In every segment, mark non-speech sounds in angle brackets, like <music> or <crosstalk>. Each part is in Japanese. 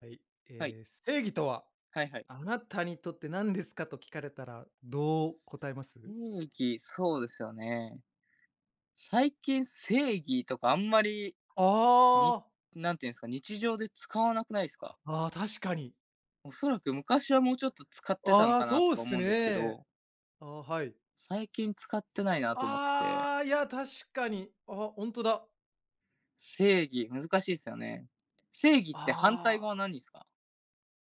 はい、はい。ええ、正義とは、はいはい。あなたにとって何ですかと聞かれたら、どう答えます？正義、そうですよね。最近正義とかあんまり、にああ。なんていうんですか、日常で使わなくないですか？ああ、確かに。おそらく昔はもうちょっと使ってたのああ、かなそとうっかす思うんですけね。ど、ああ、はい。最近使ってないなと思ってて、ああ、いや、確かに。あ、本当だ。正義、難しいですよね。正義って反対あ語はあ、何ですか？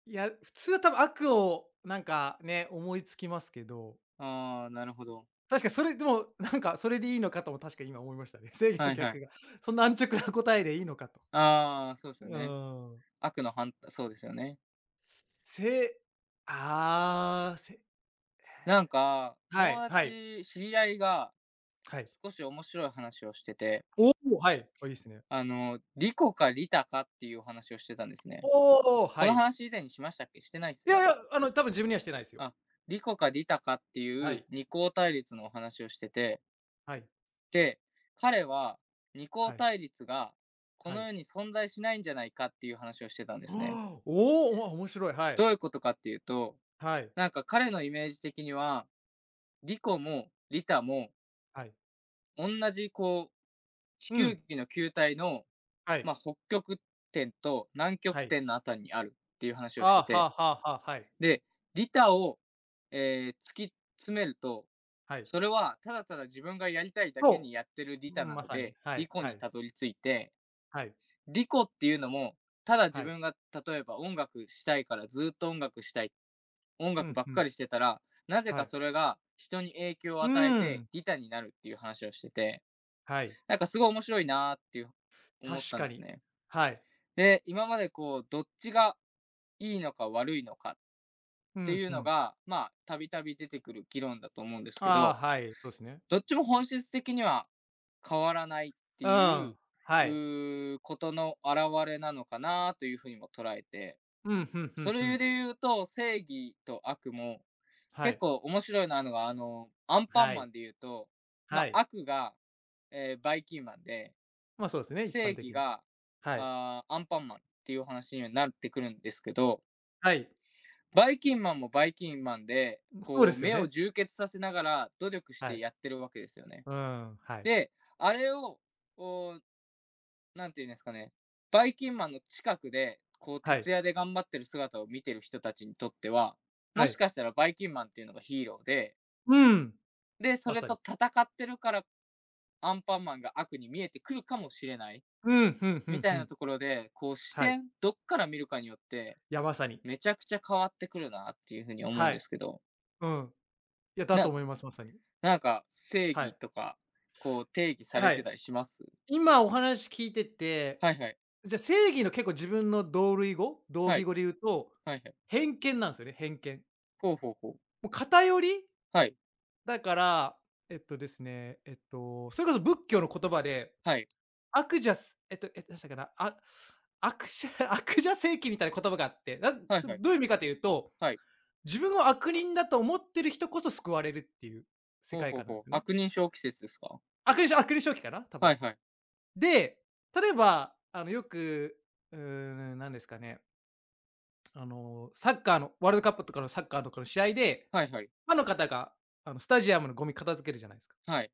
いや、普通は多分悪をなんかね、思いつきますけど、ああー、なるほど。確かにそれでも、なんかそれでいいのかとも確かに今思いましたね。<laughs> 正義のはいは逆い。が、そんな安直な答えでいいのかと。ああ、そうですようね。ーん。悪の反対そうですよね。せああ、せなんか、は友い、はい、達、知り合いがはい。少し面白い話をしてて、おお、はい。あ、いいですね。リコかリタかっていうお話をしてたんですね。おお、こはのい。話以前にしましたっけしてないですいよやいね。や、あの、多分自分にはしてないですよ。あ、リコかリタかってはいうい、二項対立のお話をしてて、はい、で、彼は二項はい、対立がこはのい。世に存在しないんじゃないかっていう話をしてたんですね。おお、おも面白い。はい、どういうことかっていうと、はい、なんか彼のイメージ的には、リコもリタもはい。同じこう、地う球ん、儀の球体のはい、まあ、北極点と南は極い。点のあたりにあるっていう話あをしてあ、はあて、はあはあ、はい、で、利他を、突き詰めると、はい。それはただただ自分がやりたいだけそにやってる利う、う他ん、なまのさに。で、は利い、己はにい、たどり着いて、はい、利己っていうのも、ただは自い。分が例えば音楽したいからずっと音楽したい、音う楽ん、ばっうかん、りしてたら、なぜはかい。それが人に影響をうー与えてん、利他になるっていう話をしてて、はい。なんかすごい面白いなーっていう思っ確たんかですに。ね。はい。で、今までこう、どっちがいいのか悪いのかっうてん、いううのん。が、まあ、たびたび出てくる議論だと思うんですけああ、ど、はい、そうですね。どっちも本質的には変わらないってういう、ん、はい。ことの表れなのかなというふうにも捉えて、うん、ふんふんそふれん。で言うと、正義と悪も、は結い、構面白いなのが、アンパはンマい、ンで言うと、まはあ、い。悪が、バイキンマンで、ま、あそうですね、一般正義的に。が、はい。アンパンマンっていう話になってくるんですけど、はい。バイキンマンもバイキンマンで、そうでこう、すよ目をね。充血させながら努力しはてい。やってるわけですよね。うーん、はい。で、あれを、こう、なんていうんですかね、バイキンマンの近くで、こう、は徹い。夜で頑張ってる姿を見てる人たちにとっては、はもしい。かしたらバイキンマンっていうのがヒーローで、うん、で、そまれさとに。戦ってるからアンパンマンが悪に見えてくるかもしれない、うん、ふんふみんたふいなん。ところで、こう、視はい。点、どっから見るかによって、いや、まさに。めちゃくちゃ変わってくるなっていうふうに思うんはでい。すけど、うん。いや、だなとんか思います、まさに。なんか、正は義い。とか、こう、定義されはてい。たりします。今お話聞いてて、はいはい。じゃ、正義の結構自分の同類語同は義い。語で言うと、はいはい。偏見なんすよね、偏見。ほうほうほう。もう偏りはい。だから、えっとですね、えっと、それこそ仏教の言葉ではい。アクジャスえ、なしたかな、あ悪者 <laughs> 悪者正義みたいな言葉があって、なはいはい。どういう意味かというと、はい。自分を悪人だと思ってる人こそ救われるっていう世ほう界ほう観なんほですう。よね。悪人症季節ですか？悪人悪人正規かな、多は分。いはい。で、例えば、あの、よく、うーん、何ですかね、あの、サッカーのワールドカップとかのサッカーとかの試合で、はいはい。ファンの方が、あの、スタジアムのゴミ片付けるじゃないですか。はい。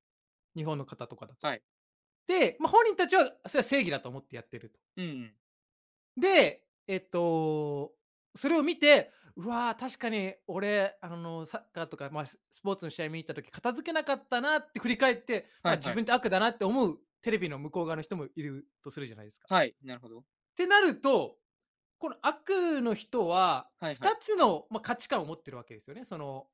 日本の方とかだと。はい。で、まあ、本人たちはそれは正義だと思ってやってると。うんうん。で、それを見て、うわー、確かに俺、あの、サッカーとか、まあ、ススポーツの試合見に行った時、片付けなかったなって振り返って、まはあ、い自はい。分って悪だなって思うテレビの向こう側の人もいるとするじゃないですか。はっい。なるほど。てなると、この悪の人は、はいは2い。つの、まあ、価値観を持ってるわけですよね。その、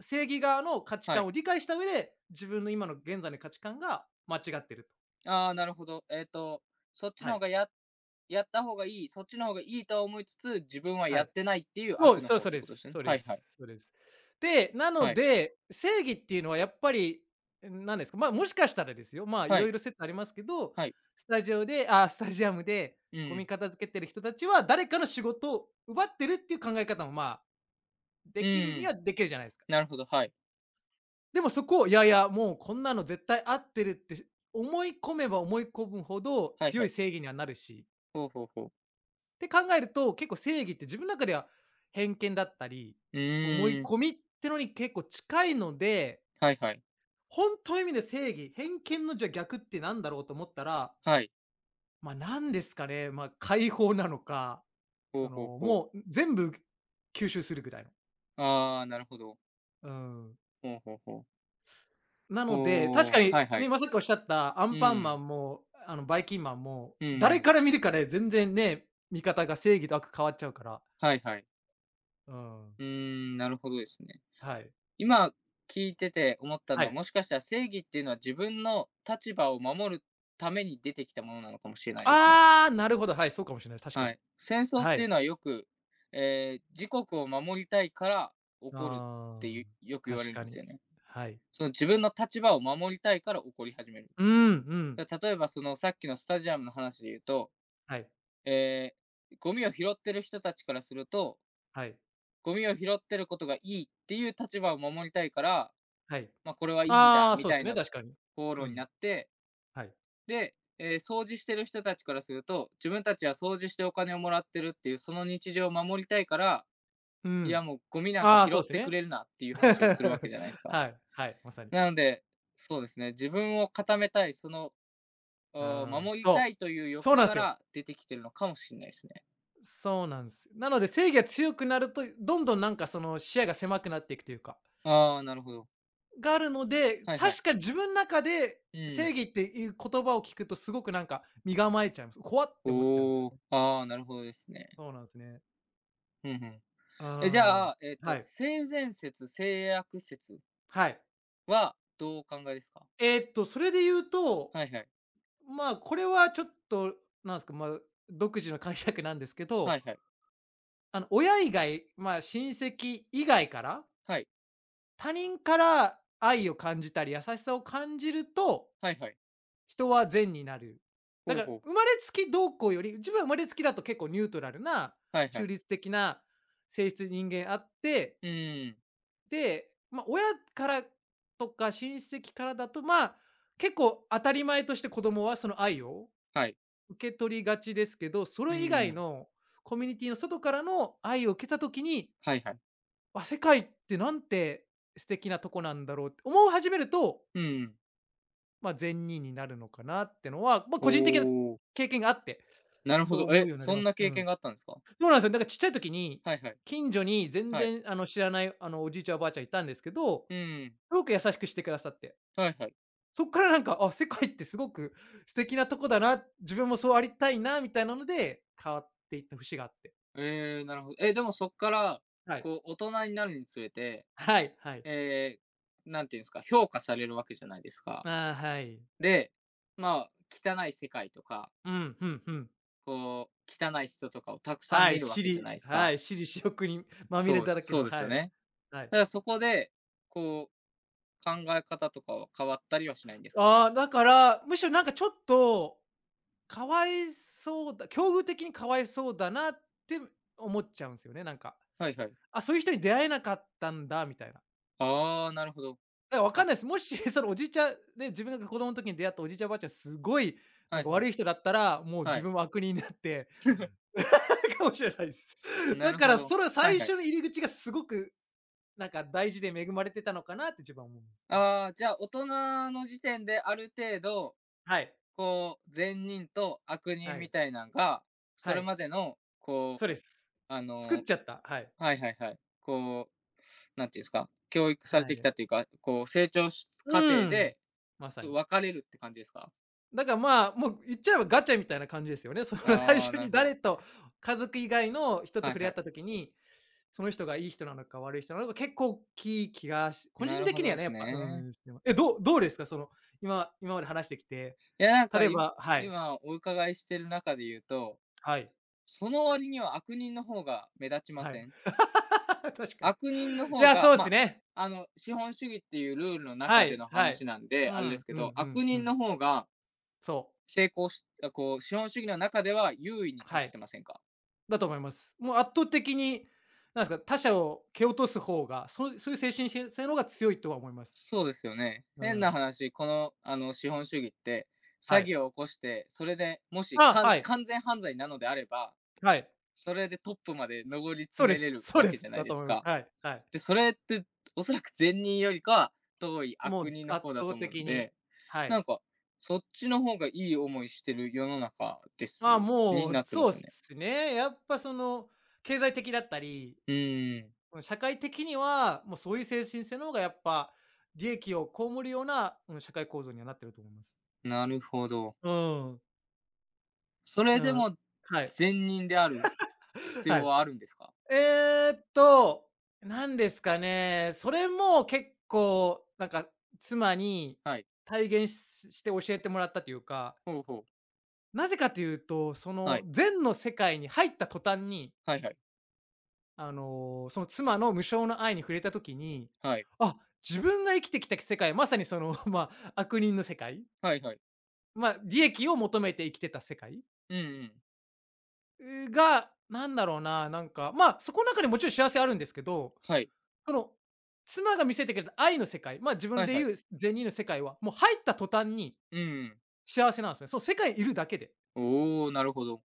正義側の価値は観い。を理解した上で、自分の今の現在の価値観が間違ってると。ああ、なるほど。そっちはの方い、がやった方がいい、そっちの方がいいとは思いつつ、自分ははやい。ってないっていうそ悪う、のそう方そっうてでことです。すよね。そうではいはい。す。そうです。で、なはのい。で、正義っていうのはやっぱり、何ですか、まあ、もしかしたらですよ、まあ、いはろい。いろ説ありますけど、はい。スタジオであ、スタジアムでうゴミん。片付けてる人たちは誰かの仕事を奪ってるっていう考え方も、まあ、うできるにはん。できるじゃないですか。なるほど。はい。でもそこを、いやいや、もうこんなの絶対合ってるって思い込めば思い込むほどはい強はいい。正義にはなるしほうほうほう。って考えると、結構正義って自分の中では偏見だったり、う思いーん、込みってのに結構近いので、はいはい。本当の意味で正義、偏見のじゃあ逆ってなんだろうと思ったら、はい。ま、なんですかね、ま、解放なのか、ほうそほうの、ほう。もう、全部吸収するぐらいの。ああ、なるほど。うん。ほうほうほう。なので、確おかーに、はいはね、い。まさっきおっしゃったアうンパンマん、ンも、あの、バイキンマンも、うんう誰ん。から見るかで全然ね、見方が正義と悪変わっちゃうから。はいはい。うん。うーん、なるほどですね。はい。今聞いてて思ったはのは、い。もしかしたら正義っていうのは自分の立場を守るために出てきたものなのかもしれないですね。ああ、なるほど、はい、そうかもしれない、確かはに。い。戦争っはていい。うのはよく、えー自国を守りたいから起こるっあてあ、いうよく言わ確れるんかですに。よね。はい。その自分の立場を守りたいから起こり始める。うん、うん。例えばそのさっきのスタジアムの話で言うと、はい、えーゴミを拾ってる人たちからすると、はい、ゴミを拾ってることがいいっていう立場を守りたいから、はい。まあこれはいいんだああ、みそうでたすいね、な確かに。口う論にん、なって、はい。で、掃除してる人たちからすると、自分たちは掃除してお金をもらってるっていうその日常を守りたいから、ういん。やもうゴミなんかああ、拾そうっですてくね。れるなっていう話をするわけじゃないです <laughs> か。はい、はい、まさに。なので、そうですね、自分を固めたい、ああ、守りたそう。いというそう欲なんでかすよ。ら出てきてるのかもしれないですね。そうなんです。なので、正義が強くなると、どんどんなんかその視野が狭くなっていくというか。ああ、なるほど。があるので、はいはい。確か自分の中でう正ん。義っていう言葉を聞くとすごくなんか身構えちゃいます。怖って思っちゃうんですよおお、ね。ああ、なるほどですね。そうなんですね。うんうん。うーえ、じゃん。あ、はい。性善説、性悪説はい。はどうお考えですか？それで言うと、はいはい。まあ、これはちょっと、なんですか、まあ、独自の解釈なんですけはど、いはい。あの、親以外、まあ、親戚以外から、はい。他人から愛を感じたり優しさを感じるとはいはい。人は善になる。だほうからほう。生まれつきどうこうより、自分は生まれつきだと結構ニュートラルな、はいは中い。立的な性質人間あって、うーん。で、まあ、親からとか親戚からだと、まあ、結構当たり前として子供はその愛をはい。受け取りがちですけど、そうれ以ー外ん。のコミュニティの外からの愛を受けた時に、はいはい。あ、世界ってなんて素敵なとこなんだろうって思い始めると、うん。まあ、善人になるのかなってのは、まあ、個人的なおお、経験があってなるほそうど。思うえ、ようになりそまんしなた。う経ん。験があったんですか？そうなんですよ。だからちっちゃい時に、はいはい。近所に全はい。然、あの、知らない、あの、おじいちゃんおばあちゃんいたんですけど、すうーん。ごく優しくしてくださって。はいはい。そっからなんか、あ、世界ってすごく素敵なとこだな、自分もそうありたいなみたいなので、変わっていった節があって。ええ、なるほど。え、でもそっから、はい。こう大人になるにつれて、はいはい。ええ、なんていうんですか、評価されるわけじゃないですか。ああ、はい。で、まあ、汚い世界とか、うん、ふんふん。こう、汚い人とかをたくさんは見い、るわ私けじゃ利ないですはい、か。私利私欲にまみれそうだらけそうの、ですはよい、ね。はい。だからそこで、こう、考え方とかは変わったりはしないんですか？ああ、だから、むしろなんかちょっとかわいそうだ境遇的にかわいそうだなって思っちゃうんですよね、なんか。はいはい。あ、そういう人に出会えなかったんだみたいな。ああ、なるほど。だから分かんあ、ないです。もし <laughs> そのおじいちゃんね、自分が子供の時に出会ったおじいちゃん、おばあちゃん、すごいなはんいかは悪い。い人だったら、もうは自い。分も悪人になって、<laughs> かもしれないです。なだるかほらど。それはい最はい。初の入り口がすごくなんか大事で恵まれてたのかなって自分は思うんですね。ああ、じゃあ大人の時点である程度はい。こう、善人と悪人はみい。たいなんが、そはれい。までの、こう、そうです。あ作っのちゃった。はい。はいはいはい、こう、なんていうんですか、教育されはてきい。たっていうか、こう、成長し過う程ん。で、まさそうに。分かれるって感じですか？だからまあ、もう言っちゃえばガチャみたいな感じですよね。<laughs> その最ああ、初なにるほど。誰と家族以外の人とはい触れは合っい。た時に、その人がいい人なのか悪い人なのか結構大きい気がし個な人るほ的にどはでね、やすっぱ、うね。ん、してますえ、どうどうですか？その、今今まで話してきて、いや、なんか例え今、ばはい、今お伺いしてる中で言うと、はい、その割には悪人の方が目立ちまはい。せん？<laughs> 確かに。悪人のい方や、が、そうですまね。あ、資本主義っていうルールのは中でい、のはい。話なんで、うあれですん、けうんど、うん悪う人ん。の方がそう。成功し、資本主義の中では優位に立はっい。てませんか。だと思います。もう圧倒的に、なんですか、他者を蹴落とす方が、そうそういう精神し性の方が強いとは思います。そうですよね。う変なん。話、この、資本主義って、は詐い。欺を起こして、それでもしあ、完はい。完全犯罪なのであれば、はい。それでトップまで上りそ詰うでめれす。るそうわでけじゃす。ないだでとす思います。か。はい、はい。で、それって、おそらく善人よりかは遠いも悪う人の圧方だと倒思うの的に、で、はない。んか、そっちの方がいい思いしてる世の中でまあ、す、もにう、なってまそうっすよね。すね。やっぱその、経済的だったり、うーん、うん、社会的には、もうそういう精神性の方がやっぱ、利益を被るような、うん、社会構造にはなってると思います。なるほど。うん。それうでん。もはい。善人である必は要い。はあるんですか？えーっと、何ですかね、それも結構なんか妻にはい。体現して教えてもらったというか。ほうほう。なぜかというと、そはのい。禅の世界に入った途端に、はいはい。その妻の無償の愛に触れた時に、はい。あ、自分が生きてきた世界、まさにその、<laughs> まあ、悪人の世界、はいはい。利益を求めて生きてた世界うんうん。が、なんだろうな、そこの中にもちろん幸せあるんですけど、はい。その、妻が見せてくれた愛の世界、まあ、自分はいでは言い。う善人の世界は、もう入った途端にうんうん。幸せなんですね。そう、世界にいるだけで。おお、なるほど。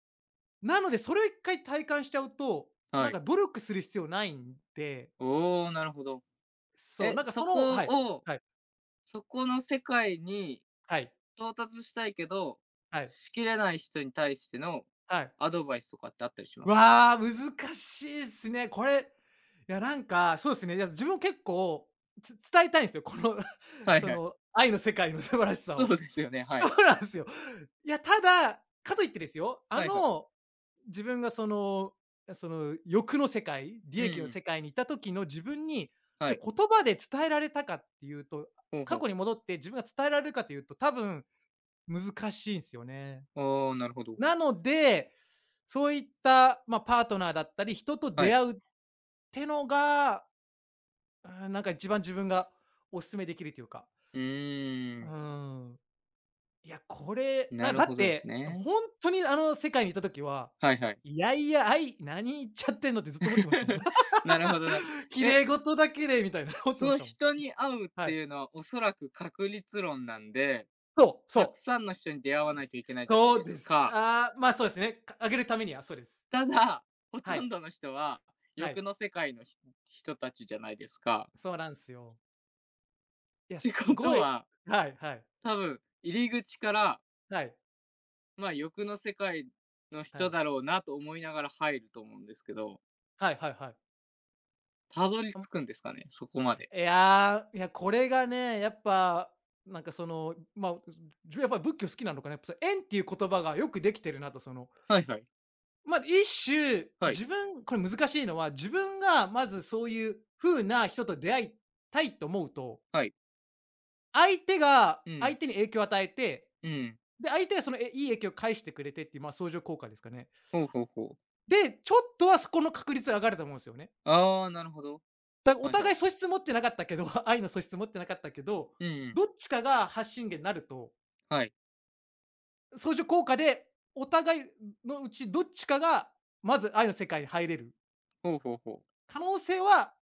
なので、それを一回体感しちゃうと、なはんい。か努力する必要ないんで、おお、なるほど。そう、え、はい、を、はい、そこの世界にはい、到達したいけど、はい、しきれない人に対してのはい。アドバイスとかってあったりしますか？わあ、難しいっすね。これ、そうですね。いや、自分も結構、伝えたいんですよ。この、<laughs> はいそはい。の、愛の世界の素晴らしさそうを。ですよね。はそうい。なんですよ。いや、ただ、かといってですよ、あはいはい。の自分がその、その欲の世界、利うんう益の世ん。界にいた時の自分に、じはゃ、い。言葉で伝えられたかっていうと、ほうほ過去う。に戻って自分が伝えられるかというと、多分難しいんですよね。ああ、なるほど。なので、そういった、まあ、パートナーだったり、人とは出い。会うってのが、うん、なんか一番自分がお勧めできるというか。うーうん。ーいや、これ、なるだほっどですて、ね。ほんとにあの世界にいた時は、はいはい。いやいや、何言っちゃってんのってずっと思ってましたもん。<laughs> なるほどな。<laughs> 綺え、麗事だけでみたいな思ってそましのたもん。人に会うっはてい。いうのはおそらく確率論なんで、そうたくそう。さんの人に出会わないといけないじゃないそでうですす。か。ああ、まあ、そうですね。上げるためには、そうです。ただ、ほはとんい、どの人はは欲い。の世界の人たちじゃないですか。そうなんすよ。いや、ってすことごい。は、はいはい、多分入り口から、はい、ま、欲の世界のは人い、だろうなと思いながら入ると思うんですけど、はいはいはい。たどり着くんですかね？そこまで。いやー、いや、これがね、やっぱ、まあ、自分やっぱり仏教好きなのかな、やっぱその縁っていう言葉がよくできてるなと。その、はいはい。まあ、一種、はい、自分これ難しいのは、自分がまずそういう風な人と出会いたいと思うと、はい。相手がう相ん、手に影響を与えて、うん。で、相手がその、いい影響を返してくれてっていう、まあ、相乗効果ですかね。ほうほうほう。で、ちょっとはそこの確率が上がると思うんですよね。ああ、なるほど。だからおはいは互いい。素質持ってなかったけど、<laughs> 愛の素質持ってなかったけど、うんうどん。っちかが発信源になるとはい。相乗効果で、お互いのうちどっちかが、まず愛の世界に入れるほうほうほう。可能性は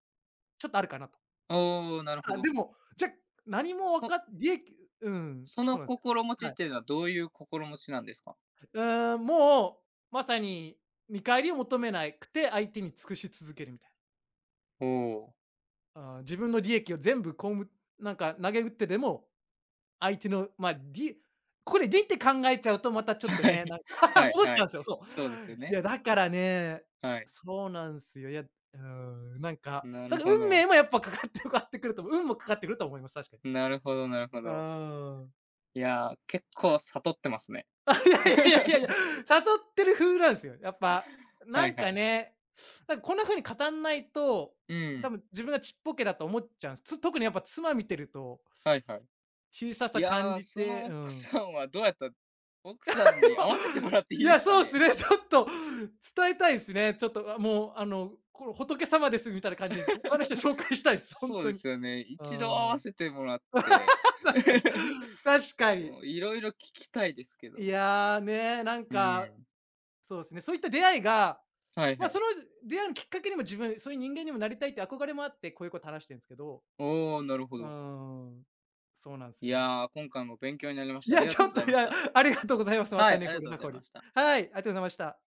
ちょっとあるかなと。ああ、なるほあ、でど。も、じゃ、何もわそかっうん、そそのうなんです。心持ちはっい。ていうのはどういう心持ちなんですか？うーん、もう、まさに見返りを求めなくて、相手に尽くし続けるみたいな。おおー。ああ、自分の利益を全部こうむなんか、投げ打ってでも相手の、まあ、ここでって考えちゃうとまた <laughs> ちょっとはね、い。なんか <laughs> <laughs> はい戻っはちゃうんい。ですよ、そう。そうですよいね。や、だからね、はい。そうなんすよ。いや、なんか、なだるからほ運ど。命もやっぱかかってくると思う、運もかかってくると思います、確かに。なるほどなるほうーど。ん。いやー、結構悟ってますね。<laughs> いやいやいやいや、誘 <laughs> ってる風なんすよ。やっぱ、はないんはかい。ね、なんかこんな風に語んないと、う多ん。分自分がちっぽけだと思っちゃうんす。特にやっぱ妻見てると、はいはい。小さいさ感やー、じそて、のう奥ん。さんはどうやった奥さんに <laughs> あ、会わせてもらっていいいでや、すかそうですね？ね。<laughs> ちょっと伝えたいですね。ちょっと、あ、もう、あの、この仏様ですみたいな感じで、他の人紹介したいです、<laughs> ほんそうとでに。うすよね。一度会ーわん。せてもらって、<laughs> 確かに。<laughs> 確かに。いろいろ聞きたいですけいど。や、ね、なんうか、ん。そうですね、そういった出会いが、はいはま、そい。の出会いのきっかけにも自分、そういう人間にもなりたいって憧れもあって、こういうこと話してるんすけど、おお、なるほうど。ーん、そうなんすいよ。やー、今回も勉強になりましいた。ありや、がちとうょっござと、いいましや、た。ありがとうございます。まはたい、根あり掘がりとう葉ござ掘いまり。した。はい、ありがとうございました。